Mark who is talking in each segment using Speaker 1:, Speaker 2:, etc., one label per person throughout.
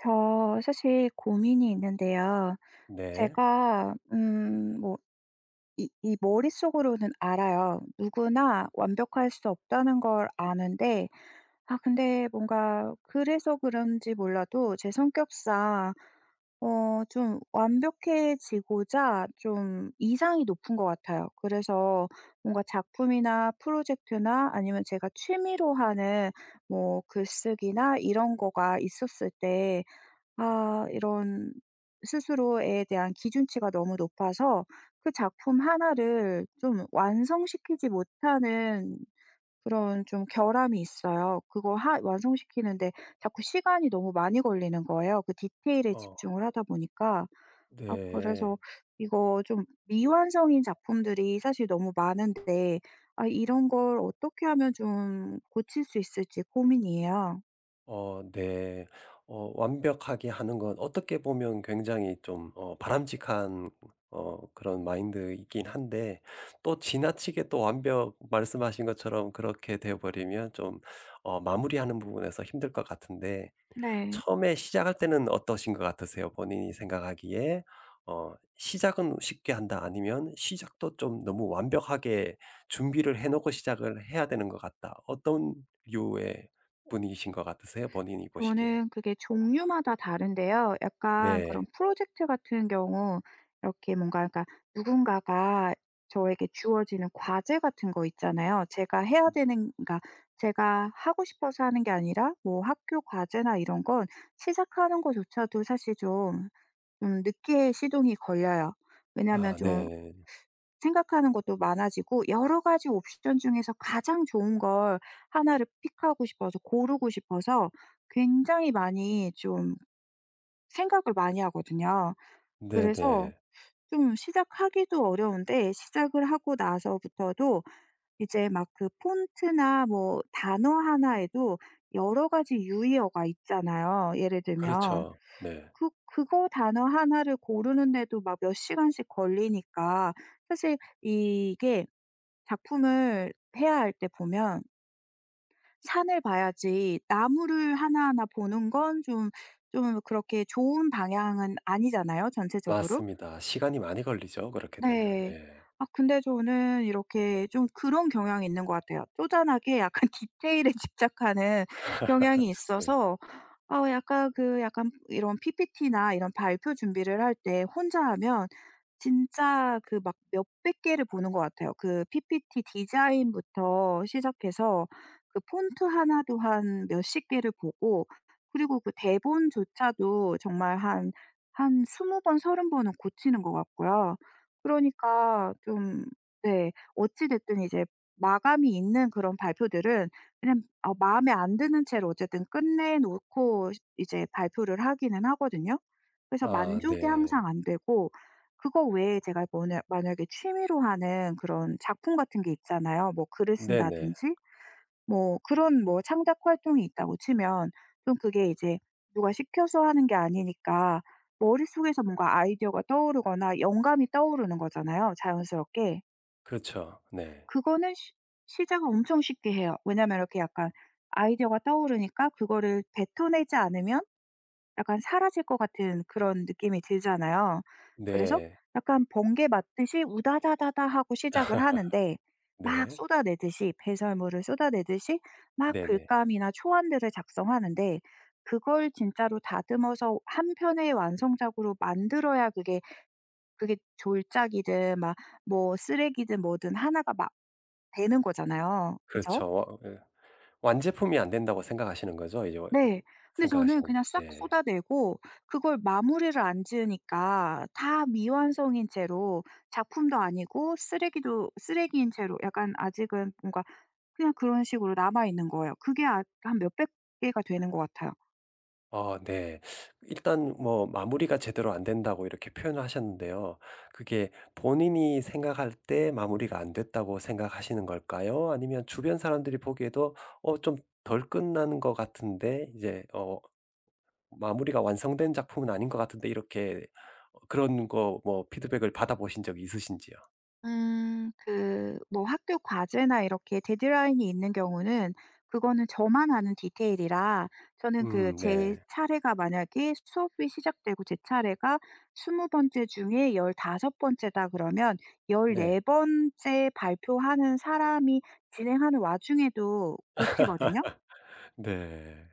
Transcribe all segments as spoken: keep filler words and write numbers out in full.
Speaker 1: 저 사실 고민이 있는데요.
Speaker 2: 네.
Speaker 1: 제가 음 뭐 이 이 머릿속으로는 알아요. 누구나 완벽할 수 없다는 걸 아는데, 아 근데 뭔가 그래서 그런지 몰라도 제 성격상 어 좀 완벽해지고자 좀 이상이 높은 것 같아요. 그래서 뭔가 작품이나 프로젝트나 아니면 제가 취미로 하는 뭐 글쓰기나 이런 거가 있었을 때 아 이런 스스로에 대한 기준치가 너무 높아서 그 작품 하나를 좀 완성시키지 못하는 그런 좀 결함이 있어요. 그거 하 완성시키는데 자꾸 시간이 너무 많이 걸리는 거예요, 그 디테일에
Speaker 2: 어.
Speaker 1: 집중을 하다 보니까. 아
Speaker 2: 네.
Speaker 1: 그래서 이거 좀 미완성인 작품들이 사실 너무 많은데 아 이런 걸 어떻게 하면 좀 고칠 수 있을지 고민이에요.
Speaker 2: 어 네. 어 완벽하게 하는 건 어떻게 보면 굉장히 좀 어 바람직한 어 그런 마인드이긴 한데 또 지나치게 또 완벽 말씀하신 것처럼 그렇게 되어 버리면 좀 어 마무리하는 부분에서 힘들 것 같은데
Speaker 1: 네.
Speaker 2: 처음에 시작할 때는 어떠신 것 같으세요? 본인이 생각하기에 어 '시작은 쉽게 한다.' 아니면 '시작도 좀 너무 완벽하게 준비를 해 놓고 시작을 해야 되는 것 같다.' 어떤 류의 분이신 것 같으세요? 본인이 보시기에.
Speaker 1: 저는 그게 종류마다 다른데요. 약간 그런
Speaker 2: 네.
Speaker 1: 프로젝트 같은 경우 이렇게 뭔가 그러니까 누군가가 저에게 주어지는 과제 같은 거 있잖아요. 제가 해야 되는, 그러니까 제가 하고 싶어서 하는 게 아니라 뭐 학교 과제나 이런 건 시작하는 거조차도 사실 좀 음 늦게 시동이 걸려요. 왜냐하면
Speaker 2: 아
Speaker 1: 좀
Speaker 2: 네.
Speaker 1: 생각하는 것도 많아지고 여러 가지 옵션 중에서 가장 좋은 걸 하나를 픽하고 싶어서, 고르고 싶어서 굉장히 많이 좀 생각을 많이 하거든요.
Speaker 2: 네
Speaker 1: 그래서
Speaker 2: 네.
Speaker 1: 좀 시작하기도 어려운데 시작을 하고 나서부터도 이제 막 그 폰트나 뭐 단어 하나에도 여러 가지 유의어가 있잖아요, 예를 들면.
Speaker 2: 그렇죠. 네.
Speaker 1: 그 그거 단어 하나를 고르는데도 막 몇 시간씩 걸리니까 사실 이게 작품을 해야 할 때 보면 산을 봐야지 나무를 하나하나 보는 건 좀 좀 그렇게 좋은 방향은 아니잖아요, 전체적으로.
Speaker 2: 맞습니다. 시간이 많이 걸리죠, 그렇게 되면.
Speaker 1: 네.
Speaker 2: 네.
Speaker 1: 아 근데 저는 이렇게 좀 그런 경향이 있는 것 같아요. 쪼잔하게 약간 디테일에 집착하는 경향이
Speaker 2: 네.
Speaker 1: 있어서 어 약간 그 약간 이런 피피티나 이런 발표 준비를 할 때 혼자 하면 진짜 그 막 몇백 개를 보는 것 같아요. 그 피피티 디자인부터 시작해서 그 폰트 하나도 한 몇십 개를 보고, 그리고 그 대본조차도 정말 한, 한 스무 번 서른 번은 고치는 것 같고요. 그러니까 좀. 네. 어찌 됐든 이제 마감이 있는 그런 발표들은 그냥 어 마음에 안 드는 채로 어쨌든 끝내 놓고 이제 발표를 하기는 하거든요. 그래서
Speaker 2: 아
Speaker 1: 만족이
Speaker 2: 네.
Speaker 1: 항상 안 되고 그거 외에 제가 뭐냐 만약에 취미로 하는 그런 작품 같은 게 있잖아요. 뭐 글을
Speaker 2: 네 네.
Speaker 1: 쓴다든지 뭐 그런 뭐 창작 활동이 있다고 치면 좀 그게 이제 누가 시켜서 하는 게 아니니까 머릿속에서 뭔가 아이디어가 떠오르거나 영감이 떠오르는 거잖아요, 자연스럽게.
Speaker 2: 그렇죠. 네.
Speaker 1: 그거는 시 시작을 엄청 쉽게 해요. 왜냐면 이렇게 약간 아이디어가 떠오르니까 그거를 뱉어내지 않으면 약간 사라질 것 같은 그런 느낌이 들잖아요. 그래서
Speaker 2: 네.
Speaker 1: 약간 번개 맞듯이 우다다다다 하고 시작을 하는데 막
Speaker 2: 네.
Speaker 1: 쏟아내듯이 배설물을 쏟아내듯이 막
Speaker 2: 네네.
Speaker 1: 글감이나 초안들을 작성하는데 그걸 진짜로 다듬어서 한 편의 완성작으로 만들어야 그게 그게 졸작이든 막 뭐 쓰레기든 뭐든 하나가 막 되는 거잖아요. 그죠?
Speaker 2: 그렇죠. 와 예. 완제품이 안 된다고 생각하시는 거죠? 이제 와-
Speaker 1: 네. 근데 저는
Speaker 2: 생각하시는 게.
Speaker 1: 그냥 싹
Speaker 2: 네.
Speaker 1: 쏟아내고 그걸 마무리를 안 지으니까 다 미완성인 채로 작품도 아니고 쓰레기도 쓰레기인 채로 약간 아직은 뭔가 그냥 그런 식으로 남아 있는 거예요. 그게 아 한 몇백 개가 되는 것 같아요.
Speaker 2: 어 네. 일단 뭐 마무리가 제대로 안 된다고 이렇게 표현을 하셨는데요. 그게 본인이 생각할 때 마무리가 안 됐다고 생각하시는 걸까요? 아니면 주변 사람들이 보기에도 '어 좀 덜 끝난 것 같은데 이제 어 마무리가 완성된 작품은 아닌 것 같은데.' 이렇게 어 그런 거 뭐 피드백을 받아보신 적이 있으신지요?
Speaker 1: 음 그 뭐 학교 과제나 이렇게 데드라인이 있는 경우는 그거는 저만 아는 디테일이라, 저는, 그,
Speaker 2: 음
Speaker 1: 제
Speaker 2: 네.
Speaker 1: 차례가 만약에 수업이 시작되고 제 차례가 스무 번째 중에 십오 번째다 그러면
Speaker 2: 네.
Speaker 1: 십사 번째 발표하는 사람이 진행하는 와중에도 고치거든요.
Speaker 2: 네.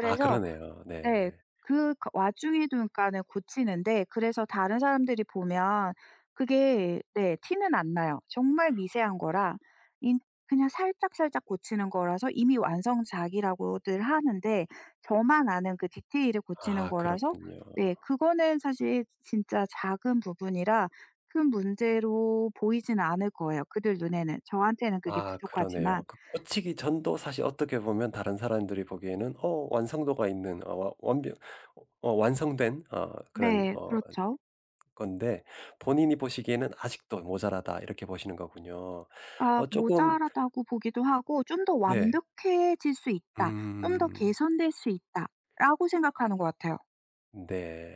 Speaker 2: 아 그러네요.
Speaker 1: 네.
Speaker 2: 네.
Speaker 1: 그 거- 와중에도 그러니까는 고치는데, 그래서 다른 사람들이 보면 그게, 네, 티는 안 나요. 정말 미세한 거라 인 그냥 살짝살짝 고치는 거라서 이미 완성작이라고들 하는데 저만 아는 그 디테일을 고치는
Speaker 2: 아
Speaker 1: 거라서.
Speaker 2: 그렇군요.
Speaker 1: 네, 그거는 사실 진짜 작은 부분이라 큰 문제로 보이지는 않을 거예요, 그들 눈에는. 저한테는 그게
Speaker 2: 아
Speaker 1: 부족하지만.
Speaker 2: 그러네요. 그 꽂히기 전도 사실 어떻게 보면 다른 사람들이 보기에는 어 완성도가 있는 어 와 완벽 어 완성된 어 그런
Speaker 1: 네.
Speaker 2: 어
Speaker 1: 그렇죠.
Speaker 2: 건데 본인이 보시기에는 '아직도 모자라다.' 이렇게 보시는 거군요.
Speaker 1: 아
Speaker 2: 어 조금
Speaker 1: 모자라다고 보기도 하고, '좀 더
Speaker 2: 네.
Speaker 1: 완벽해질 수 있다. 좀 더
Speaker 2: 음.
Speaker 1: 개선될 수 있다.'라고 생각하는 것 같아요.
Speaker 2: 네.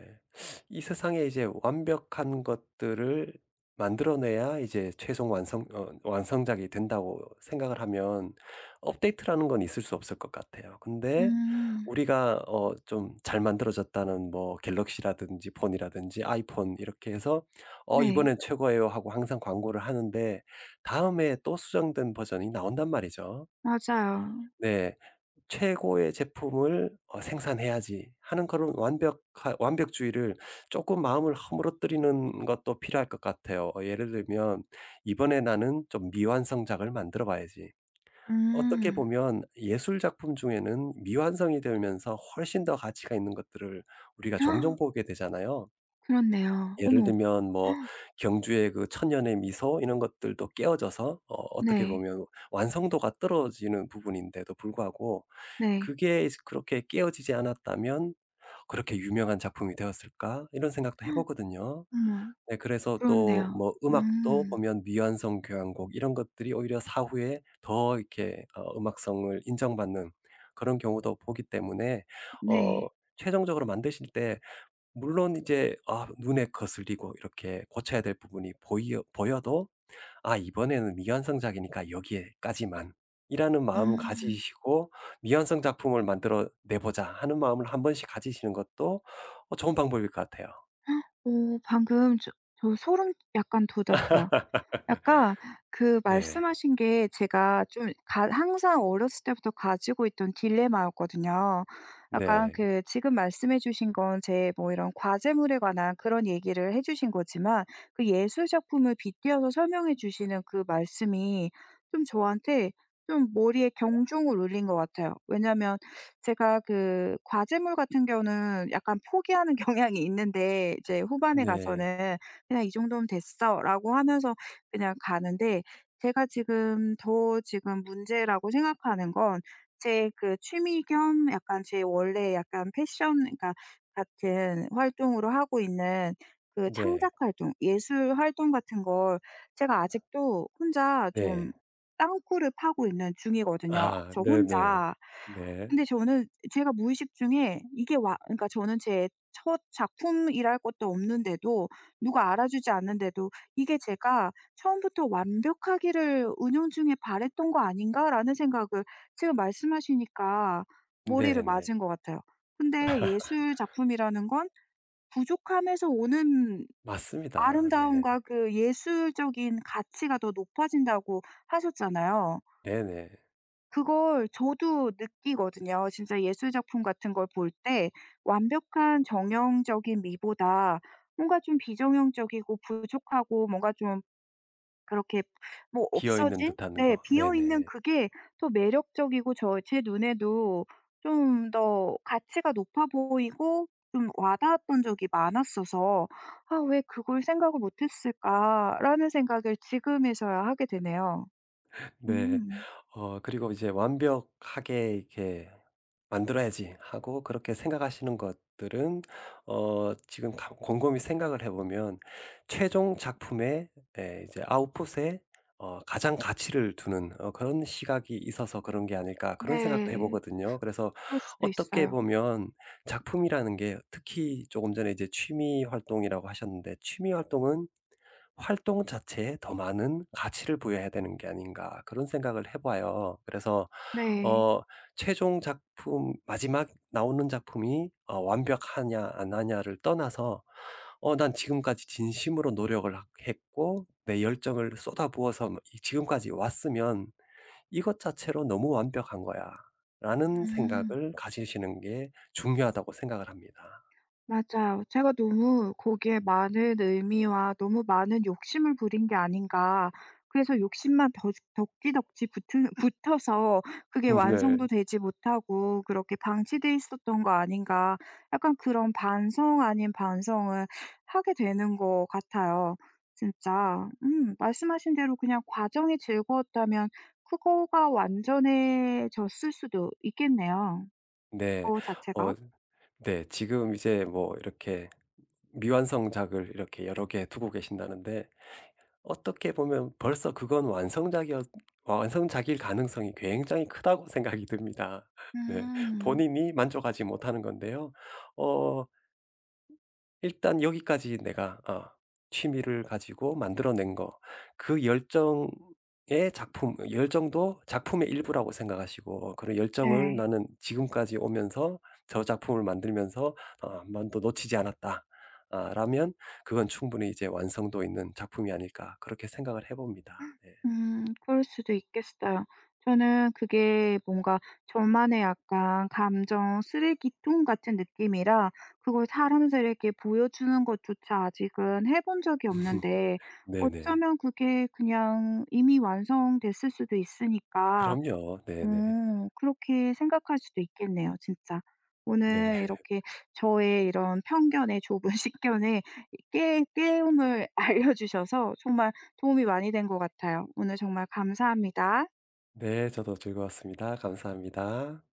Speaker 2: 이 세상에 이제 완벽한 것들을 만들어내야 이제 최종 완성 어 완성작이 된다고 생각을 하면 업데이트라는 건 있을 수 없을 것 같아요. 근데
Speaker 1: 음.
Speaker 2: 우리가 어 좀 잘 만들어졌다는 뭐 갤럭시라든지 폰이라든지 아이폰 이렇게 해서 "어
Speaker 1: 네.
Speaker 2: 이번엔 최고예요." 하고 항상 광고를 하는데 다음에 또 수정된 버전이 나온단 말이죠.
Speaker 1: 맞아요.
Speaker 2: 네. 최고의 제품을 어 생산해야지 하는 그런 완벽 완벽주의를 조금 마음을 허물어뜨리는 것도 필요할 것 같아요. 어 예를 들면 '이번에 나는 좀 미완성작을 만들어 봐야지.' 어떻게
Speaker 1: 음.
Speaker 2: 보면 예술 작품 중에는 미완성이 되면서 훨씬 더 가치가 있는 것들을 우리가
Speaker 1: 아,
Speaker 2: 종종 보게 되잖아요.
Speaker 1: 그렇네요.
Speaker 2: 예를
Speaker 1: 어머.
Speaker 2: 들면 뭐
Speaker 1: 헉.
Speaker 2: 경주의 그 천년의 미소 이런 것들도 깨어져서 어 어떻게
Speaker 1: 네.
Speaker 2: 보면 완성도가 떨어지는 부분인데도 불구하고
Speaker 1: 네.
Speaker 2: 그게 그렇게 깨어지지 않았다면 '그렇게 유명한 작품이 되었을까?' 이런 생각도 해
Speaker 1: 헉,
Speaker 2: 보거든요.
Speaker 1: 어머.
Speaker 2: 네 그래서 또
Speaker 1: 그렇네요.
Speaker 2: 뭐 음악도
Speaker 1: 음.
Speaker 2: 보면 미완성 교향곡 이런 것들이 오히려 사후에 더 이렇게 어 음악성을 인정받는 그런 경우도 보기 때문에 어
Speaker 1: 네.
Speaker 2: 최종적으로 만드실 때 물론 이제 아 눈에 거슬리고 이렇게 고쳐야 될 부분이 보이 보여도 '아 이번에는 미완성작이니까 여기에까지만.' 이라는 마음을
Speaker 1: 음.
Speaker 2: 가지시고 '미완성 작품을 만들어 내 보자.' 하는 마음을 한 번씩 가지시는 것도 어 좋은 방법일 것 같아요.
Speaker 1: 오 방금 저 저 소름 약간 돋았어요. 약간 그
Speaker 2: 네.
Speaker 1: 말씀하신 게 제가 좀 가 항상 어렸을 때부터 가지고 있던 딜레마였거든요. 약간
Speaker 2: 네.
Speaker 1: 그 지금 말씀해 주신 건 제 뭐 이런 과제물에 관한 그런 얘기를 해 주신 거지만, 그 예술 작품을 빗대어서 설명해 주시는 그 말씀이 좀 저한테 좀 머리에 경종을 울린 것 같아요. 왜냐하면 제가 그 과제물 같은 경우는 약간 포기하는 경향이 있는데 이제 후반에
Speaker 2: 네.
Speaker 1: 가서는 '그냥 이 정도면 됐어.'라고 하면서 그냥 가는데, 제가 지금 더 지금 문제라고 생각하는 건 제 그 취미 겸 약간 제 원래 약간 패션, 그러니까 같은 활동으로 하고 있는 그
Speaker 2: 네.
Speaker 1: 창작 활동, 예술 활동 같은 걸 제가 아직도 혼자
Speaker 2: 네.
Speaker 1: 좀 땅굴을 파고 있는 중이거든요,
Speaker 2: 아
Speaker 1: 저
Speaker 2: 네네.
Speaker 1: 혼자.
Speaker 2: 네.
Speaker 1: 근데 저는 제가 무의식 중에 이게, 와, 그러니까 저는 제 첫 작품이랄 것도 없는데도, 누가 알아주지 않는데도 이게 제가 '처음부터 완벽하기를 운영 중에 바랬던 거 아닌가.'라는 생각을 지금 말씀하시니까 머리를
Speaker 2: 네네.
Speaker 1: 맞은 것 같아요. 근데 예술 작품이라는 건 부족함에서 오는
Speaker 2: 맞습니다. 네.
Speaker 1: 아름다움과 그 예술적인 가치가 더 높아진다고 하셨잖아요.
Speaker 2: 네네.
Speaker 1: 그걸 저도 느끼거든요. 진짜 예술 작품 같은 걸 볼 때 완벽한 정형적인 미보다 뭔가 좀 비정형적이고 부족하고 뭔가 좀 그렇게 뭐
Speaker 2: 비어 있는
Speaker 1: 없어진,
Speaker 2: 듯한
Speaker 1: 네,
Speaker 2: 거.
Speaker 1: 비어 있는
Speaker 2: 네네.
Speaker 1: 그게 더 매력적이고 저 제 눈에도 좀 더 가치가 높아 보이고 좀 와닿았던 적이 많았어서 '아 왜 그걸 생각을 못 했을까.'라는 생각을 지금에서야 하게 되네요.
Speaker 2: 네.
Speaker 1: 음.
Speaker 2: 어 그리고 이제 '완벽하게 이렇게 만들어야지.' 하고 그렇게 생각하시는 것들은 어 지금 가 곰곰이 생각을 해 보면 최종 작품의 에, 이제 아웃풋에 어 가장 가치를 두는 어 그런 시각이 있어서 그런 게 아닐까 그런 생각도 해
Speaker 1: 네.
Speaker 2: 보거든요. 그래서
Speaker 1: 그럴 수도
Speaker 2: 어떻게
Speaker 1: 있어요.
Speaker 2: 보면 작품이라는 게 특히 조금 전에 이제 취미 활동이라고 하셨는데 취미 활동은 활동 자체에 더 많은 가치를 부여해야 되는 게 아닌가 그런 생각을 해 봐요. 그래서
Speaker 1: 네.
Speaker 2: 어 최종 작품 마지막 나오는 작품이 어 완벽하냐 안 하냐를 떠나서 어 '난 지금까지 진심으로 노력을 하 했고 내 열정을 쏟아부어서 뭐 이 지금까지 왔으면 이것 자체로 너무 완벽한 거야.'라는
Speaker 1: 음.
Speaker 2: 생각을 가지시는 게 중요하다고 생각을 합니다.
Speaker 1: 맞아요. 제가 너무 거기에 많은 의미와 너무 많은 욕심을 부린 게 아닌가. 그래서 욕심만 더 덕지덕지 붙은 붙어서 그게
Speaker 2: 네.
Speaker 1: 완성도 되지 못하고 그렇게 방치돼 있었던 거 아닌가. 약간 그런 반성 아닌 반성을 하게 되는 것 같아요. 진짜 음 말씀하신 대로 그냥 과정이 즐거웠다면 그거가 완전해졌을 수도 있겠네요,
Speaker 2: 네.
Speaker 1: 그
Speaker 2: 어
Speaker 1: 자체가.
Speaker 2: 네. 지금 이제 뭐 이렇게 미완성작을 이렇게 여러 개 두고 계신다는데 어떻게 보면 벌써 그건 완성작이었 완성작일 가능성이 굉장히 크다고 생각이 듭니다. 네.
Speaker 1: 음.
Speaker 2: 본인이 만족하지 못하는 건데요. 어 일단 여기까지 내가 어 취미를 가지고 만들어낸 거 그 열정의 작품 열정도 작품의 일부라고 생각하시고 어, 그런 열정을
Speaker 1: 네.
Speaker 2: '나는 지금까지 오면서 저 작품을 만들면서 어 한 번도 놓치지 않았다.' 아 라면 그건 충분히 이제 '완성도 있는 작품이 아닐까.' 그렇게 생각을 해 봅니다. 네.
Speaker 1: 음 그럴 수도 있겠어요. 저는 그게 뭔가 저만의 약간 감정 쓰레기통 같은 느낌이라 그걸 사람들에게 보여주는 것조차 아직은 해본 적이 없는데,
Speaker 2: 네네.
Speaker 1: 어쩌면 그게 그냥 이미 완성됐을 수도 있으니까
Speaker 2: 그럼요. 네네.
Speaker 1: 어 그렇게 생각할 수도 있겠네요, 진짜.
Speaker 2: 네.
Speaker 1: 오늘 이렇게 저의 이런 편견에 좁은 식견에 깨 깨움을 알려 주셔서 정말 도움이 많이 된 것 같아요. 오늘 정말 감사합니다.
Speaker 2: 네. 저도 즐거웠습니다. 감사합니다.